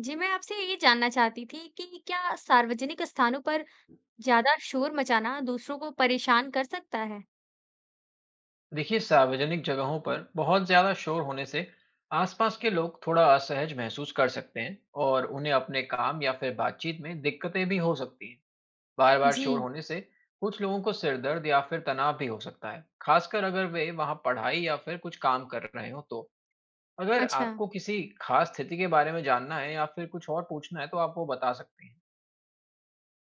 जी, मैं आपसे ये जानना चाहती थी कि क्या सार्वजनिक स्थानों पर ज़्यादा शोर मचाना दूसरों को परेशान कर सकता है? देखिए सार्वजनिक जगहों पर बहुत ज़्यादा शोर होने से आसपास के लोग थोड़ा असहज महसूस कर सकते हैं और उन्हें अपने काम या फिर बातचीत में दिक्कतें भी हो सकती हैं। बार बार शोर जी, होने से कुछ लोगों को सिरदर्द या फिर तनाव भी हो सकता है, खासकर अगर वे वहाँ पढ़ाई या फिर कुछ काम कर रहे हो तो। अगर अच्छा। आपको किसी खास स्थिति के बारे में जानना है या फिर कुछ और पूछना है तो आप वो बता सकते हैं।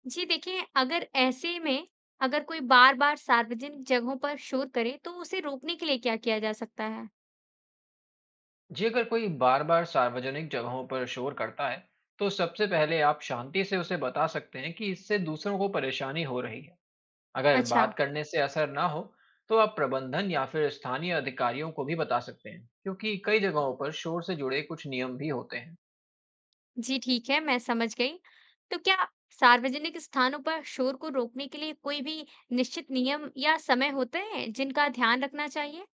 जी देखिए, अगर ऐसे में अगर कोई बार-बार सार्वजनिक जगहों पर शोर करे, तो उसे रोकने के लिए क्या किया जा सकता है? जी, अगर कोई बार बार सार्वजनिक जगहों पर शोर करता है तो सबसे पहले आप शांति से उसे बता सकते हैं कि इससे दूसरों को परेशानी हो रही है। अगर अच्छा, बात करने से असर ना हो तो आप प्रबंधन या फिर स्थानीय अधिकारियों को भी बता सकते हैं, क्योंकि कई जगहों पर शोर से जुड़े कुछ नियम भी होते हैं। जी ठीक है, मैं समझ गई। तो क्या सार्वजनिक स्थानों पर शोर को रोकने के लिए कोई भी निश्चित नियम या समय होते हैं, जिनका ध्यान रखना चाहिए?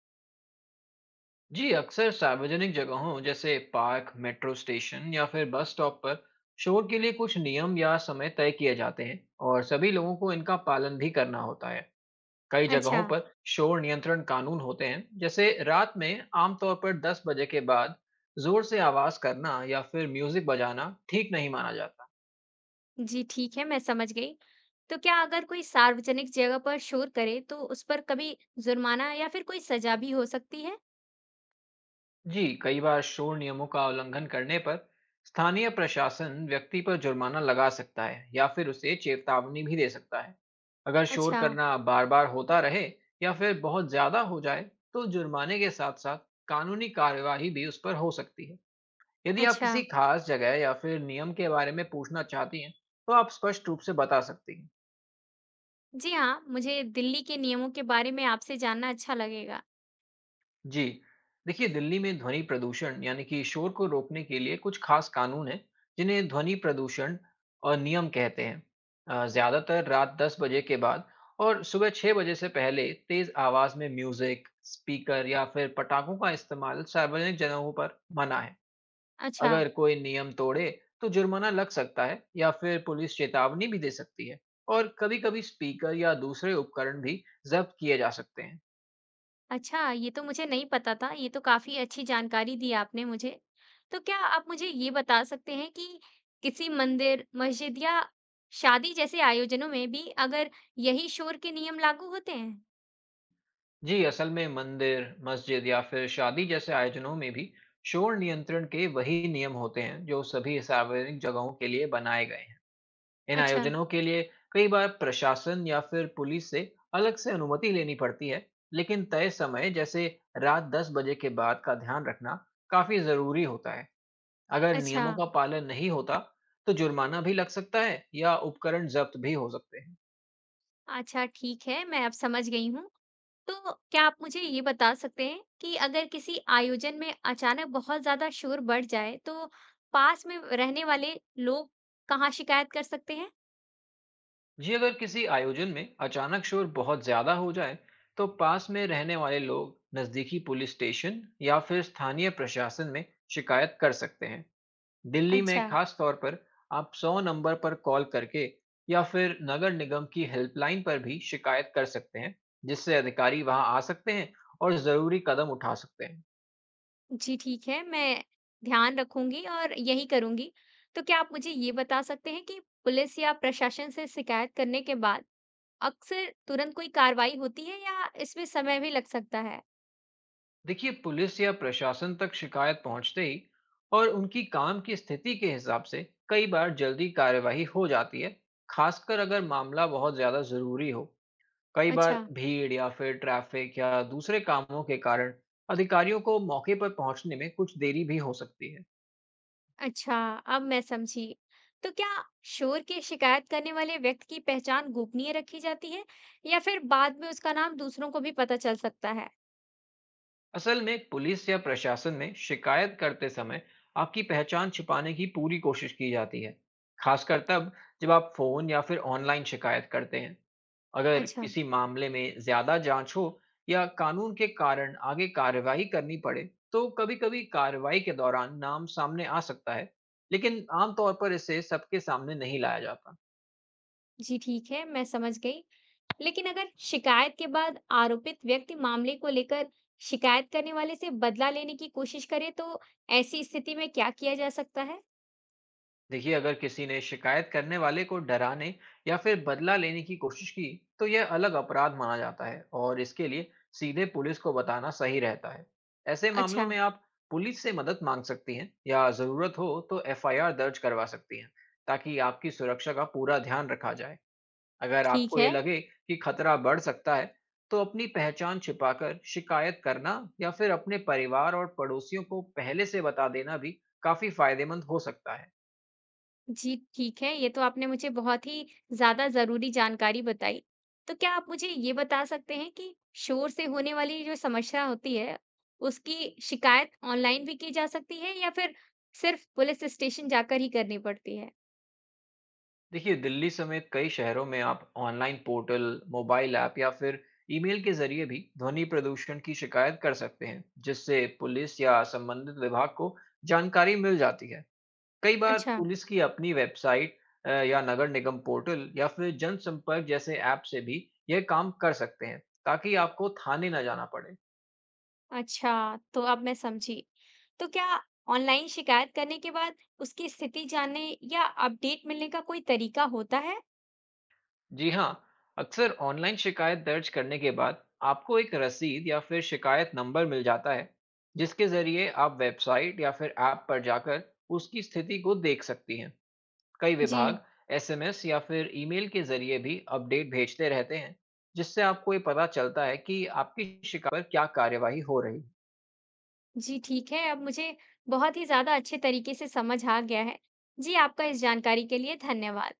जी, अक्सर सार्वजनिक जगहों जैसे पार्क, मेट्रो स्टेशन या फिर बस स्टॉप पर शोर के लिए कुछ नियम या समय तय किए जाते हैं और सभी लोगों को इनका पालन भी करना होता है। कई जगहों अच्छा, पर शोर नियंत्रण कानून होते हैं, जैसे रात में आमतौर पर 10 बजे के बाद जोर से आवाज करना या फिर म्यूजिक बजाना ठीक नहीं माना जाता। जी ठीक है, मैं समझ गई। तो क्या अगर कोई सार्वजनिक जगह पर शोर करे तो उस पर कभी जुर्माना या फिर कोई सजा भी हो सकती है? जी, कई बार शोर नियमों का उल्लंघन करने पर स्थानीय प्रशासन व्यक्ति पर जुर्माना लगा सकता है या फिर उसे चेतावनी भी दे सकता है। अगर शोर अच्छा, करना बार बार होता रहे या फिर बहुत ज्यादा हो जाए तो जुर्माने के साथ साथ कानूनी कार्यवाही भी उस पर हो सकती है। यदि आप अच्छा। किसी खास जगह या फिर नियम के बारे में पूछना चाहती हैं, तो आप स्पष्ट रूप से बता सकती हैं। जी हाँ, मुझे दिल्ली के नियमों के बारे में आपसे जानना अच्छा लगेगा। जी, देखिए दिल्ली में ध्वनि प्रदूषण यानी कि शोर को रोकने के लिए कुछ खास कानून हैं, जिन्हें ध्वनि प्रदूषण और नियम कहते हैं। ज़्यादातर रात 10 बजे के बाद और सुबह 6 बजे से पहले तेज आवाज़ में म्यूजिक, स्पीकर या फिर पटाखों का इस्तेमाल सार्वजनिक जगहों पर मना है। अच्छा, अगर कोई नियम तोड़े तो जुर्माना लग सकता है या फिर पुलिस चेतावनी भी दे सकती है और कभी कभी स्पीकर या दूसरे उपकरण भी जब्त किए जा सकते हैं। अच्छा, ये तो मुझे नहीं पता था। ये तो काफी अच्छी जानकारी दी आपने मुझे। तो क्या आप मुझे ये बता सकते हैं कि किसी मंदिर, मस्जिद या शादी जैसे आयोजनों में भी अगर यही शोर के नियम लागू होते हैं? जी, असल में मंदिर, मस्जिद या फिर शादी जैसे आयोजनों में भी शोर नियंत्रण के वही नियम होते हैं जो सभी सार्वजनिक जगहों के लिए बनाए गए हैं। इन अच्छा, आयोजनों के लिए कई बार प्रशासन या फिर पुलिस से अलग से अनुमति लेनी पड़ती है, लेकिन तय समय जैसे रात 10 बजे के बाद का ध्यान रखना काफी जरूरी होता है। अगर अच्छा, नियमों का पालन नहीं होता तो जुर्माना भी लग सकता है या उपकरण जब्त भी हो सकते हैं। अच्छा, ठीक है, मैं अब समझ गई हूँ। तो क्या आप मुझे ये बता सकते हैं कि अगर किसी आयोजन में अचानक बहुत ज्यादा शोर बढ़ जाए तो पास में रहने वाले लोग कहाँ शिकायत कर सकते हैं? जी, अगर किसी आयोजन में अचानक शोर बहुत ज्यादा हो जाए तो पास में रहने वाले लोग नजदीकी पुलिस स्टेशन या फिर स्थानीय प्रशासन में शिकायत कर सकते हैं। दिल्ली में अच्छा। खास तौर पर आप 100 नंबर पर कॉल करके या फिर नगर निगम की हेल्पलाइन पर भी शिकायत कर सकते हैं, जिससे अधिकारी वहां आ सकते हैं और जरूरी कदम उठा सकते हैं। जी ठीक है, मैं ध्यान रखूंगी और यही करूंगी। तो क्या आप मुझे ये बता सकते हैं कि पुलिस या प्रशासन से शिकायत करने के बाद अक्सर तुरंत कोई कार्रवाई होती है या इसमें समय भी लग सकता है? देखिए पुलिस या प्रशासन तक शिकायत पहुंचते ही और उनकी काम की स्थिति के हिसाब से कई बार जल्दी कार्यवाही हो जाती है, खासकर अगर मामला बहुत ज्यादा जरूरी हो। कई बार अच्छा। भीड़ या फिर ट्रैफिक या दूसरे कामों के कारण अधिकारियों को मौके पर पहुंचने में कुछ देरी भी हो सकती है। अच्छा, अब मैं समझी। तो क्या शोर की शिकायत करने वाले व्यक्ति की पहचान गोपनीय रखी जाती है या फिर बाद में उसका नाम दूसरों को भी पता चल सकता है? असल में पुलिस या प्रशासन में शिकायत करते समय आपकी पहचान छिपाने की पूरी कोशिश की जाती है, खासकर तब जब आप फोन या फिर ऑनलाइन शिकायत करते हैं। अगर अच्छा, किसी मामले में ज्यादा जांच हो या कानून के कारण आगे कार्रवाई करनी पड़े तो कभी-कभी कार्रवाई के दौरान नाम सामने आ सकता है, लेकिन आमतौर पर इसे सबके सामने नहीं लाया जाता। जी ठीक है, मैं समझ गई। लेकिन अगर शिकायत के बाद आरोपित व्यक्ति मामले को लेकर शिकायत करने वाले से बदला लेने की कोशिश करे तो ऐसी स्थिति में क्या किया जा सकता है? देखिए अगर किसी ने शिकायत करने वाले को डराने या फिर बदला लेने की कोशिश की तो यह अलग अपराध माना जाता है और इसके लिए सीधे पुलिस को बताना सही रहता है। ऐसे मामलों अच्छा, में आप पुलिस से मदद मांग सकती हैं या ज़रूरत हो तो एफआईआर दर्ज करवा सकती हैं, ताकि आपकी सुरक्षा का पूरा ध्यान रखा जाए। अगर ठीक आपको ये है। लगे कि खतरा बढ़ सकता है तो अपनी पहचान छिपाकर शिकायत करना या फिर अपने परिवार और पड़ोसियों को पहले से बता देना भी काफ़ी फायदेमंद हो सकता है। जी, ठीक है। ये तो आपने मुझे बहुत ही ज़्यादा ज़रूरी जानकारी बताई। तो क्या आप मुझे ये बता सकते हैं कि शोर से होने वाली जो समस्या होती है, उसकी शिकायत ऑनलाइन भी की जा सकती है या फिर सिर्फ़ पुलिस स्टेशन जाकर ही करनी पड़ती है? देखिए दिल्ली समेत कई शहरों में आप ऑनलाइन पोर्टल, मोबाइल ऐप या फिर ईमेल के जरिए भी ध्वनि प्रदूषण की शिकायत कर सकते हैं, जिससे पुलिस या संबंधित विभाग को जानकारी मिल जाती है। कई बार अच्छा, पुलिस की अपनी वेबसाइट या नगर निगम पोर्टल या फिर जनसंपर्क जैसे ऐप से भी यह काम कर सकते हैं, ताकि आपको थाने न जाना पड़े। अच्छा, तो अब मैं समझी। तो क्या ऑनलाइन शिकायत करने के बाद उसकी स्थिति जानने या अपडेट मिलने का कोई तरीका होता है? जी हाँ, अक्सर ऑनलाइन शिकायत दर्ज करने के बाद आपको एक रसीद या फिर शिकायत नंबर मिल जाता है, जिसके जरिए आप वेबसाइट या फिर ऐप पर जाकर उसकी स्थिति को देख सकती हैं। कई जी। विभाग एसएमएस या फिर ईमेल के जरिए भी अपडेट भेजते रहते हैं, जिससे आपको ये पता चलता है कि आपकी शिकायत पर क्या कार्यवाही हो रही है। जी ठीक है, अब मुझे बहुत ही ज़्यादा अच्छे तरीके से समझ आ गया है। जी, आपका इस जानकारी के लिए धन्यवाद।